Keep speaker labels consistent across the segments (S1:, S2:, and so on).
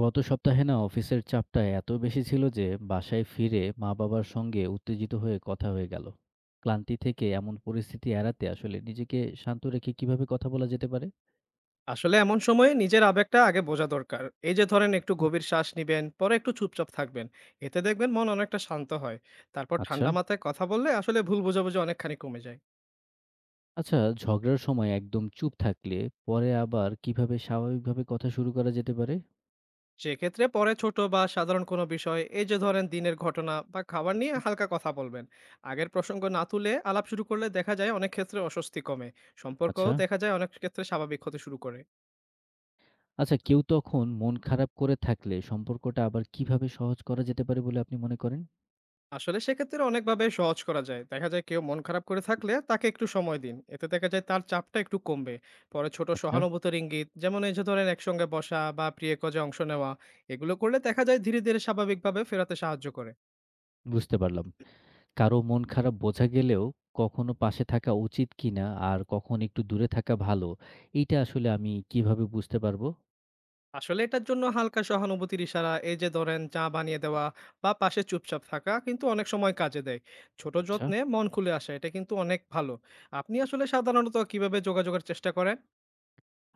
S1: গত সপ্তাহে না অফিসের চাপটা এত বেশি ছিল যে বাসায় ফিরে মা বাবার সঙ্গে উত্তেজিত হয়ে কথা হয়ে গেল। ক্লান্তি থেকে এমন পরিস্থিতি এড়াতে আসলে নিজেকে শান্ত রেখে কিভাবে কথা বলা যেতে পারে?
S2: আসলে এমন সময়ে নিজের আবেগটা আগে বোঝা দরকার। এই যে ধরেন একটু গভীর শ্বাস নিবেন, পরে একটু চুপচাপ থাকবেন। এতে দেখবেন মন অনেকটা শান্ত হয়। তারপর
S1: আচ্ছা।
S2: ঠান্ডা মাথায় কথা বললে আসলে ভুল বোঝাবুঝি অনেকখানি কমে যায়।
S1: আচ্ছা, ঝগড়ার সময় একদম চুপ থাকলে পরে আবার কিভাবে স্বাভাবিকভাবে কথা শুরু করা যেতে পারে?
S2: সেক্ষেত্রে পরে ছোট বা সাধারণ কোনো বিষয়, এই যে ধরেন দিনের ঘটনা বা খাবার নিয়ে
S1: হুম।
S2: হালকা কথা বলবেন। আগের প্রসঙ্গ না তুলে আলাপ শুরু করলে দেখা যায় অনেক ক্ষেত্রে অস্বস্তি কমে। সম্পর্কও
S1: আচ্ছা।
S2: দেখা যায় অনেক ক্ষেত্রে স্বাভাবিক হতে শুরু করে।
S1: আচ্ছা, কেউ তখন মন খারাপ করে থাকলে সম্পর্কটা আবার কিভাবে সহজ করা যেতে পারে বলে আপনি মনে করেন?
S2: আসলে সেক্ষেত্রে অনেকভাবে সহজ করা যায়। দেখা যায় কেউ মন খারাপ করে থাকলে তাকে একটু সময় দিন। এতে দেখা যায় তার চাপটা একটু কমবে। পরে ছোট
S1: আচ্ছা।
S2: সহানুভূতির ইঙ্গিত, যেমন এই যে ধরেন একসঙ্গে বসা বা প্রিয় কাজে অংশ নেওয়া, এগুলো করলে দেখা যায় ধীরে ধীরে স্বাভাবিকভাবে ফেরাতে সাহায্য করে।
S1: বুঝতে পারলাম। কারো মন খারাপ বোঝা গেলেও কখনো পাশে থাকা উচিত কিনা আর কখন একটু দূরে থাকা ভালো, এইটা আসলে আমি কিভাবে বুঝতে পারবো?
S2: আসলে এটার জন্য হালকা সহানুভূতির ইশারা, এই যে ধরেন চা বানিয়ে দেওয়া বা পাশে চুপচাপ থাকা কিন্তু অনেক সময় কাজে দেয়। ছোট
S1: আচ্ছা।
S2: যত্নে মন খুলে আসা এটা কিন্তু অনেক ভালো। আপনি আসলে সাধারণত কিভাবে যোগাযোগের চেষ্টা করেন?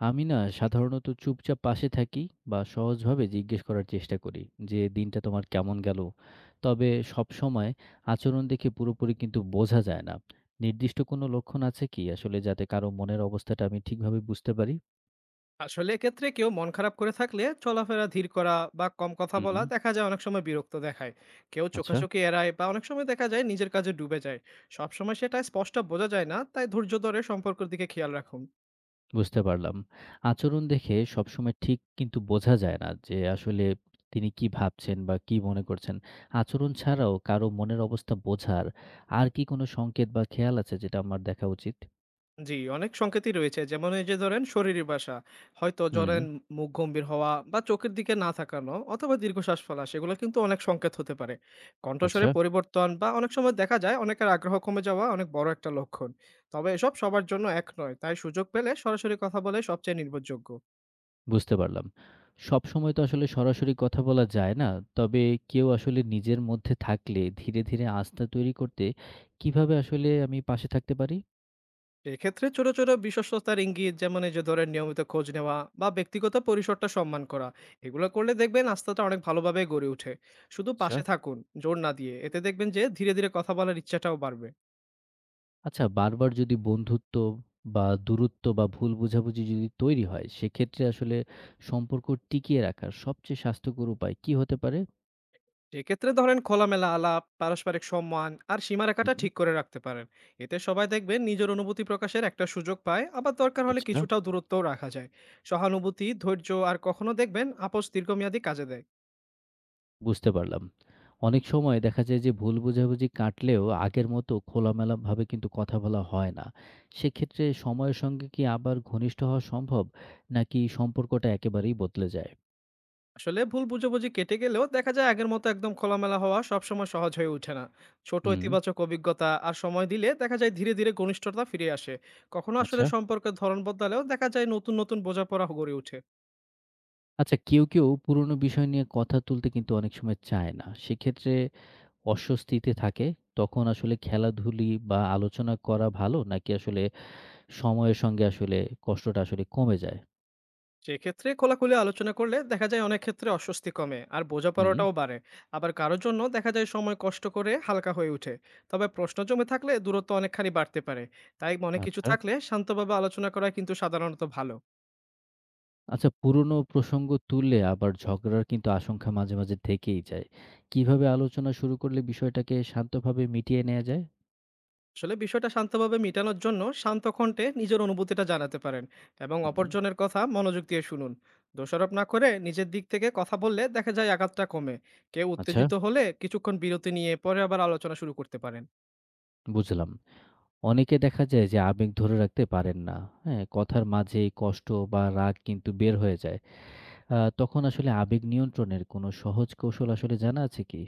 S1: আমি না সাধারণত চুপচাপ পাশে থাকি বা সহজভাবে জিজ্ঞেস করার চেষ্টা করি যে, "দিনটা তোমার কেমন গেল?" তবে সবসময় আচরণ দেখে পুরোপুরি কিন্তু বোঝা যায় না। নির্দিষ্ট কোনো লক্ষণ আছে কি আসলে যাতে কারো মনের অবস্থাটা আমি ঠিকভাবে বুঝতে পারি?
S2: আসলে এক্ষেত্রে কেউ মন খারাপ করে থাকলে চলাফেরা ধীর করা বা কম কথা বলা
S1: হুম।
S2: দেখা যায় অনেক সময় বিরক্ত দেখায়। কেউ
S1: আচ্ছা।
S2: চোখাচোখি এড়ায় বা অনেক সময় দেখা যায় নিজের কাজে ডুবে যায়। সবসময় সেটা স্পষ্ট বোঝা যায় না, তাই ধৈর্য ধরে সম্পর্কের দিকে খেয়াল রাখুন।
S1: বুঝতে পারলাম। আচরণ দেখে সবসময় ঠিক কিন্তু বোঝা যায় না যে আসলে তিনি কি ভাবছেন বা কি মনে করছেন। আচরণ ছাড়াও কারো মনের অবস্থা বোঝার আর কি কোনো সংকেত বা খেয়াল আছে যেটা আমার দেখা উচিত?
S2: জি, অনেক সংকেতই রয়েছে। যেমন এই যে ধরেন শরীরী ভাষা। হয়তো
S1: হুম।
S2: ধরেন মুখ গম্ভীর হওয়া বা চোখের দিকে না তাকানো অথবা দীর্ঘশ্বাস ফেলা, সেগুলো কিন্তু অনেক সংকেত হতে পারে।
S1: আচ্ছা।
S2: কণ্ঠস্বরে পরিবর্তন বা অনেক সময় দেখা যায় অনেকের আগ্রহ কমে যাওয়া অনেক বড় একটা লক্ষণ। তবে এসব সবার জন্য এক নয়। তাই সুযোগ পেলে সরাসরি কথা বলাই সবচেয়ে নির্ভরযোগ্য।
S1: বুঝতে পারলাম। সবসময় তো আসলে সরাসরি কথা বলা যায় না। তবে কেউ আসলে নিজের মধ্যে থাকলে ধীরে, ধীরে আস্থা তৈরি করতে কিভাবে আসলে আমি পাশে থাকতে পারি?
S2: এক্ষেত্রে ছোট ছোট বিশ্বস্ততার ইঙ্গিত, যেমন এই যে ধরেন নিয়মিত খোঁজ নেওয়া বা ব্যক্তিগত পরিসরটা সম্মান করা, এগুলো করলে দেখবেন আস্থাটা অনেক ভালোভাবে গড়ে ওঠে। শুধু
S1: আচ্ছা।
S2: পাশে থাকুন জোর না দিয়ে, এতে দেখবেন যে ধীরে ধীরে কথা বলার ইচ্ছাটাও বাড়বে।
S1: আচ্ছা, বারবার যদি বন্ধুত্ব বা দূরত্ব বা ভুল বোঝাবুঝি যদি তৈরি হয় সেক্ষেত্রে আসলে সম্পর্ক টিকিয়ে রাখার সবচেয়ে স্বাস্থ্যকর উপায় কি হতে পারে?
S2: এক্ষেত্রে ধরেন খোলামেলা আলাপ, পারস্পরিক সম্মান আর সীমারেখাটা
S1: হুম।
S2: ঠিক করে রাখতে পারেন। এতে সবাই দেখবেন নিজের অনুভূতি প্রকাশের একটা সুযোগ পায়, আবার দরকার হলে
S1: আচ্ছা।
S2: কিছুটাও দূরত্বও রাখা যায়। সহানুভূতি, ধৈর্য আর কখনো দেখবেন আপোষ দীর্ঘমেয়াদী কাজে দেয়।
S1: বুঝতে পারলাম। অনেক সময় দেখা যায় যে ভুল বোঝাবুঝি কাটলেও আগের মতো খোলামেলাভাবে কিন্তু কথা বলা হয় না। সেক্ষেত্রে সময়ের সঙ্গে কি আবার ঘনিষ্ঠ হওয়া সম্ভব? নাকি সম্পর্কটা একেবারেই বদলে যায়?
S2: আসলে ভুল বোঝাবুঝি কেটে গেলেও দেখা যায় আগের মতো একদম খোলামেলা হওয়া সবসময় সহজ হয়ে ওঠে না। ছোট
S1: হুম।
S2: ইতিবাচক অভিজ্ঞতা আর সময় দিলে দেখা যায় ধীরে ধীরে ঘনিষ্ঠতা ফিরে আসে। কখনো আসলে
S1: আচ্ছা।
S2: সম্পর্কের ধরন বদলালেও দেখা যায় নতুন নতুন বোঝাপড়া গড়ে ওঠে।
S1: আচ্ছা, কেউ পুরনো বিষয় নিয়ে কথা তুলতে কিন্তু অনেক সময় চায় না। সেক্ষেত্রে অস্বস্তিতে থাকে, তখন আসলে খেলাধুলা বা আলোচনা করা ভালো? নাকি আসলে সময়ের সঙ্গে আসলে কষ্টটা আসলে কমে যায়?
S2: সেক্ষেত্রে খোলাখুলি আলোচনা করলে দেখা যায় অনেক ক্ষেত্রে অস্বস্তি কমে আর
S1: হুম।
S2: বোঝাপড়াটাও বাড়ে। আবার কারোর জন্য দেখা যায় সময় কষ্ট করে হালকা হয়ে ওঠে। তবে প্রশ্ন জমে থাকলে দূরত্ব অনেকখানি বাড়তে পারে। তাই মনে কিছু
S1: আচ্ছা।
S2: থাকলে শান্তভাবে আলোচনা করা কিন্তু সাধারণত ভালো।
S1: আচ্ছা, পুরনো প্রসঙ্গ তুললে আবার ঝগড়ার কিন্তু আশঙ্কা মাঝে, মাঝে থেকেই যায়। কিভাবে আলোচনা শুরু করলে বিষয়টাকে শান্তভাবে মিটিয়ে নেয়া যায়?
S2: আসলে বিষয়টা শান্তভাবে মেটানোর জন্য শান্ত কণ্ঠে নিজের অনুভূতিটা জানাতে পারেন এবং
S1: হুম।
S2: অপরজনের কথা মনোযোগ দিয়ে শুনুন। দোষারোপ না করে নিজের দিক থেকে কথা বললে দেখা যায় আঘাতটা কমে। কেউ
S1: আচ্ছা।
S2: উত্তেজিত হলে কিছুক্ষণ বিরতি নিয়ে পরে আবার আলোচনা শুরু করতে পারেন।
S1: বুঝলাম। অনেকে দেখা যায় যে আবেগ ধরে রাখতে পারেন না। হ্যাঁ? কথার মাঝে কষ্ট বা রাগ কিন্তু বের হয়ে যায়। তখন আসলে আবেগ নিয়ন্ত্রণের কোনো সহজ কৌশল আসলে জানা আছে কি?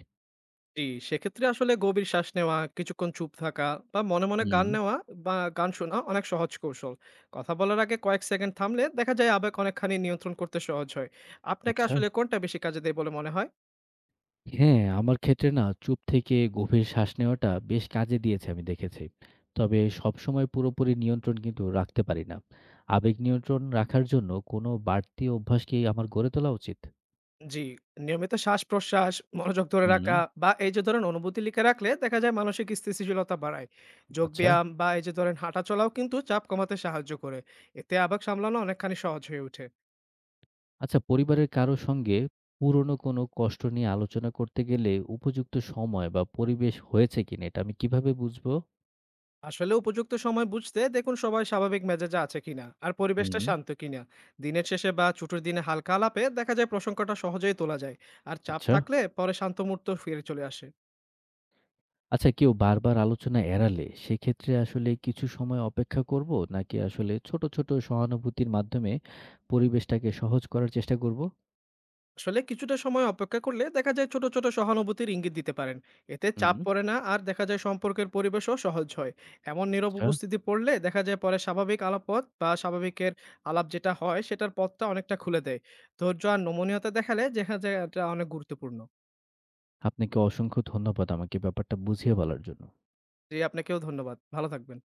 S2: জি, সেক্ষেত্রে আসলে গভীর শ্বাস নেওয়া, কিছুক্ষণ চুপ থাকা বা মনে মনে
S1: হুম।
S2: গান নেওয়া বা গান শোনা অনেক সহজ কৌশল। কথা বলার আগে কয়েক সেকেন্ড থামলে দেখা যায় আবেগ অনেকখানি নিয়ন্ত্রণ করতে সহজ হয়। আপনাকে
S1: আচ্ছা।
S2: আসলে কোনটা বেশি কাজে দেয় বলে মনে হয়?
S1: হ্যাঁ, আমার ক্ষেত্রে না চুপ থেকে গভীর শ্বাস নেওয়াটা বেশ কাজে দিয়েছে আমি দেখেছি। তবে সবসময় পুরোপুরি নিয়ন্ত্রণ কিন্তু রাখতে পারি না। আবেগ নিয়ন্ত্রণ রাখার জন্য কোনো বাড়তি অভ্যাস কি আমার গড়ে তোলা উচিত?
S2: জি, নিয়মিত শ্বাস-প্রশ্বাস, মনোযোগ ধরে
S1: হুম।
S2: রাখা বা এই যে ধরেন অনুভূতি লিখে রাখলে দেখা যায় মানসিক স্থিতিশীলতা বাড়ায়।
S1: আচ্ছা।
S2: যোগব্যায়াম বা এই যে ধরেন হাঁটাচলাও কিন্তু চাপ কমাতে সাহায্য করে। এতে আবেগ সামলানো অনেকখানি সহজ হয়ে ওঠে।
S1: আচ্ছা, পরিবারের কারো সঙ্গে পুরনো কোনো কষ্ট নিয়ে আলোচনা করতে গেলে উপযুক্ত সময় বা পরিবেশ হয়েছে কিনা এটা আমি কিভাবে বুঝবো?
S2: আসলে উপযুক্ত সময় বুঝতে দেখুন সবাই স্বাভাবিক মেজাজে আছে কিনা আর
S1: হুম।
S2: পরিবেশটা শান্ত কিনা। দিনের শেষে বা ছুটির দিনে হালকা আলাপে দেখা যায় প্রসঙ্গটা সহজেই তোলা যায়। আর চাপ
S1: আচ্ছা।
S2: থাকলে পরে শান্ত মুহূর্ত ফিরে চলে আসে।
S1: আচ্ছা, কেউ বারবার আলোচনা এড়ালে সেক্ষেত্রে আসলে কিছু সময় অপেক্ষা করব নাকি আসলে ছোট ছোট সহানুভূতির মাধ্যমে পরিবেশটাকে সহজ করার চেষ্টা করব?
S2: আসলে কিছুটা সময় অপেক্ষা করলে দেখা যায় ছোট ছোট সহানুভূতির ইঙ্গিত দিতে পারেন। এতে চাপ
S1: হুম।
S2: পড়ে না আর দেখা যায় সম্পর্কের পরিবেশও সহজ হয়। এমন নীরব
S1: আচ্ছা।
S2: উপস্থিতি পড়লে দেখা যায় পরে স্বাভাবিক আলাপপথ বা স্বাভাবিকের আলাপ যেটা হয় সেটার পথটা অনেকটা খুলে দেয়। ধৈর্য আর নমনীয়তা দেখালে দেখা যায় এটা অনেক গুরুত্বপূর্ণ।
S1: আপনাকে অসংখ্য ধন্যবাদ আমাকে ব্যাপারটা বুঝিয়ে বলার জন্য।
S2: জি, আপনাকেও ধন্যবাদ। ভালো থাকবেন।